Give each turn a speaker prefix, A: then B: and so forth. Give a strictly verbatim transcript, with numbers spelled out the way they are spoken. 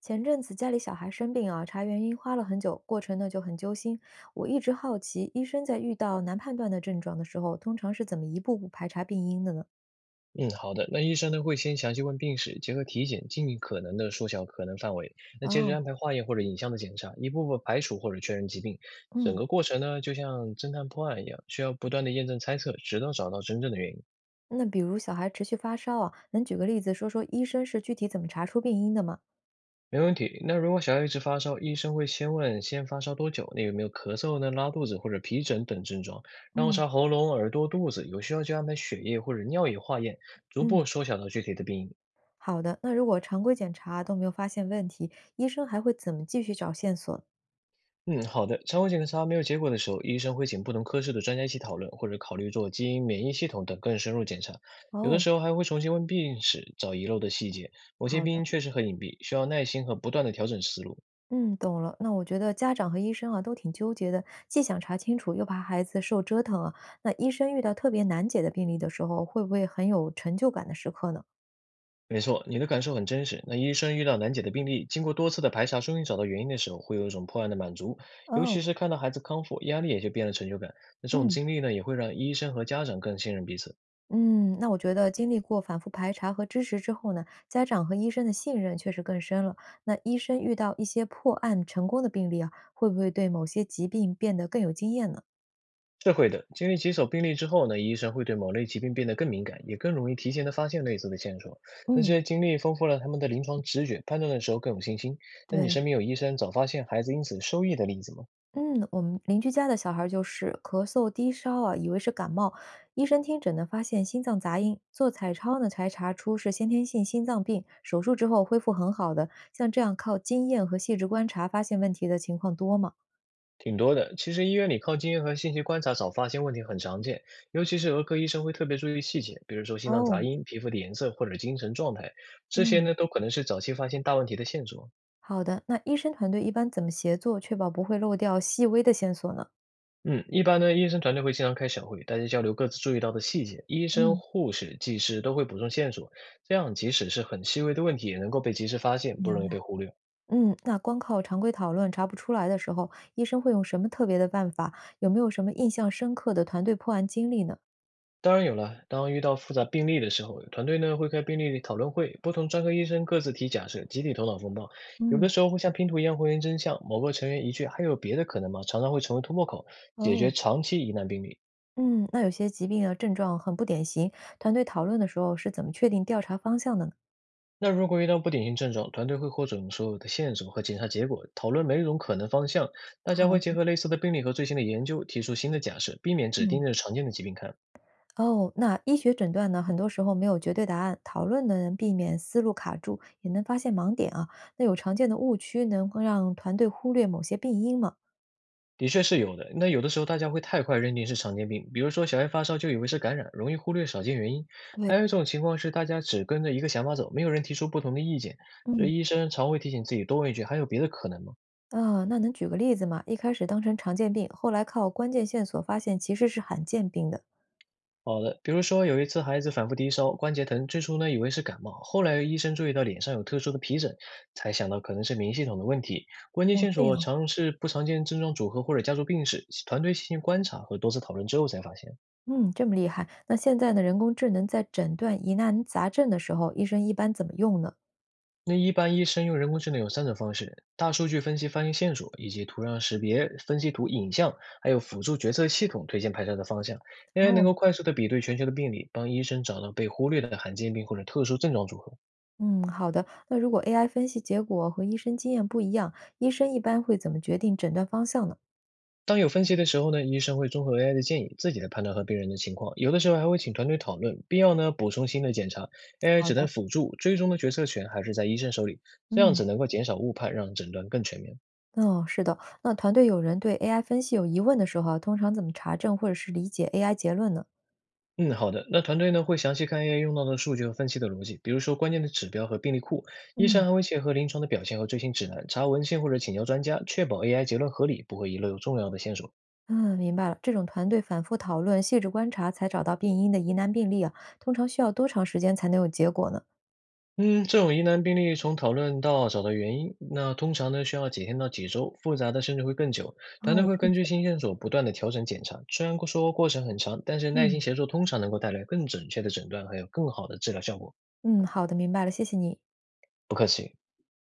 A: 前阵子家里小孩生病啊，查原因花了很久，过程呢就很揪心。我一直好奇，医生在遇到难判断的症状的时候，通常是怎么一步步排查病因的呢？
B: 嗯，好的。那医生呢会先详细问病史，结合体检，尽可能的缩小可能范围。那接着
A: 哦。
B: 安排化验或者影像的检查，一步步排除或者确认疾病。整
A: 嗯。
B: 个过程呢，就像侦探破案一样，需要不断的验证猜测，直到找到真正的原因。
A: 那比如小孩持续发烧啊，能举个例子说说医生是具体怎么查出病因的吗？
B: 没问题。那如果小孩一直发烧，医生会先问先发烧多久，那有没有咳嗽呢、拉肚子或者皮疹等症状，然后
A: 嗯
B: 查喉咙、耳朵、肚子，有需要就安排血液或者尿液化验，逐步
A: 嗯，
B: 缩小到具体的病因。
A: 好的。那如果常规检查都没有发现问题，医生还会怎么继续找线索？
B: 嗯，好的。常规检查没有结果的时候，医生会请不同科室的专家一起讨论，或者考虑做基因、免疫系统等更深入检查。有的
A: 哦，
B: 时候还会重新问病史，找遗漏的细节。某些
A: 好
B: 病
A: 的。
B: 因确实很隐蔽，需要耐心和不断的调整思路。
A: 嗯，懂了。那我觉得家长和医生啊都挺纠结的，既想查清楚，又怕孩子受折腾啊。那医生遇到特别难解的病例的时候，会不会很有成就感的时刻呢？
B: 没错，你的感受很真实。那医生遇到难解的病例，经过多次的排查，终于找到原因的时候，会有一种破案的满足，尤
A: 哦。
B: 其是看到孩子康复，压力也就变了成就感。那这种
A: 嗯
B: 经历呢，也会让医生和家长更信任彼此。
A: 嗯，那我觉得经历过反复排查和支持之后呢，家长和医生的信任确实更深了。那医生遇到一些破案成功的病例啊，会不会对某些疾病变得更有经验呢？
B: 是会的，经历几手病例之后呢，医生会对某类疾病变得更敏感，也更容易提前的发现类似的线索。那这
A: 嗯。
B: 些经历丰富了他们的临床直觉，判断的时候更有信心。那你
A: 对。
B: 身边有医生早发现孩子因此受益的例子吗？
A: 嗯，我们邻居家的小孩儿就是咳嗽、低烧啊，以为是感冒，医生听诊呢发现心脏杂音，做彩超呢才查出是先天性心脏病，手术之后恢复很好的。像这样靠经验和细致观察发现问题的情况多吗？
B: 挺多的。其实医院里靠经验和信息观察早发现问题很常见，尤其是儿科医生会特别注意细节，比如说心脏
A: 哦。
B: 杂音、皮肤的颜色或者精神状态，这些
A: 嗯，
B: 呢都可能是早期发现大问题的线索。
A: 好的。那医生团队一般怎么协作，确保不会漏掉细微的线索呢？
B: 嗯，一般呢，医生团队会经常开小会，大家交流各自注意到的细节，医生、
A: 嗯，
B: 护士、技师都会补充线索，这样即使是很细微的问题，也能够被及时发现，不
A: 明
B: 容易
A: 白。
B: 被忽略。
A: 嗯，那光靠常规讨论查不出来的时候，医生会用什么特别的办法？有没有什么印象深刻的团队破案经历呢？
B: 当然有了，当遇到复杂病例的时候，团队呢会开病例讨论会，不同专科医生各自提假设，集体头脑风暴。有
A: 嗯。
B: 的时候会像拼图一样还原真相，某个成员一句“还有别的可能吗”，常常会成为突破口，解
A: 哦。
B: 决长期疑难病例。
A: 嗯，那有些疾病的症状很不典型，团队讨论的时候是怎么确定调查方向的呢？
B: 那如果遇到不典型症状，团队会获准所有的线索和检查结果，讨论每种可能方向。大家
A: 好
B: 会结
A: 的。
B: 合类似的病例和最新的研究，提出新的假设，避免只盯
A: 嗯。
B: 着常见的疾病看。
A: 哦，那医学诊断呢，很多时候没有绝对答案，讨论呢能避免思路卡住，也能发现盲点啊。那有常见的误区能够让团队忽略某些病因吗？
B: 的确是有的。那有的时候大家会太快认定是常见病，比如说小孩发烧就以为是感染，容易忽略少见原因。还有一种情况是大家只跟着一个想法走，没有人提出不同的意见，所
A: 嗯。
B: 以医生常会提醒自己多问一句：还有别的可能吗？
A: 啊，那能举个例子吗？一开始当成常见病，后来靠关键线索发现其实是罕见病的。
B: 好的，比如说有一次孩子反复低烧、关节疼，最初呢以为是感冒，后来医生注意到脸上有特殊的皮疹，才想到可能是免疫系统的问题。关键
A: 哦，
B: 线
A: 这
B: 索
A: 样。
B: 常是不常见症状组合或者家族病史，团队细心观察和多次讨论之后才发现。
A: 嗯，这么厉害。那现在呢，人工智能在诊断疑难杂症的时候，医生一般怎么用呢？
B: 那一般医生用人工智能有三种方式：大数据分析发现线索，以及图像识别、分析图影像，还有辅助决策系统推荐排查的方向。A I
A: 哦。
B: 能够快速的比对全球的病例，帮医生找到被忽略的罕见病或者特殊症状组合。
A: 嗯，好的。那如果 A I 分析结果和医生经验不一样，医生一般会怎么决定诊断方向呢？
B: 当有分歧的时候呢，医生会综合 A I 的建议，自己来判断和病人的情况，有的时候还会请团队讨论，必要呢补充新的检查。A I
A: 好
B: 只能
A: 的。
B: 辅助，最终的决策权还是在医生手里，这样
A: 嗯。
B: 子能够减少误判，让诊断更全面。
A: 哦，是的。那团队有人对 A I 分析有疑问的时候啊，通常怎么查证或者是理解 A I 结论呢？
B: 嗯，好的。那团队呢会详细看 A I 用到的数据和分析的逻辑，比如说关键的指标和病例库。医
A: 嗯
B: 生还会结合临床的表现和最新指南，查文献或者请教专家，确保 A I 结论合理，不会遗漏重要的线索。
A: 嗯，明白了。这种团队反复讨论、细致观察才找到病因的疑难病例啊，通常需要多长时间才能有结果呢？
B: 嗯，这种疑难病例从讨论到找到原因，那通常呢需要几天到几周，复杂的甚至会更久。团队
A: 哦，
B: 会
A: 这么
B: 根据
A: 久。
B: 新线索不断的调整检查，虽然说过程很长，但是耐心
A: 嗯
B: 协作通常能够带来更准确的诊断，还有更好的治疗效果。
A: 嗯，好的，明白了，谢谢你。
B: 不客气。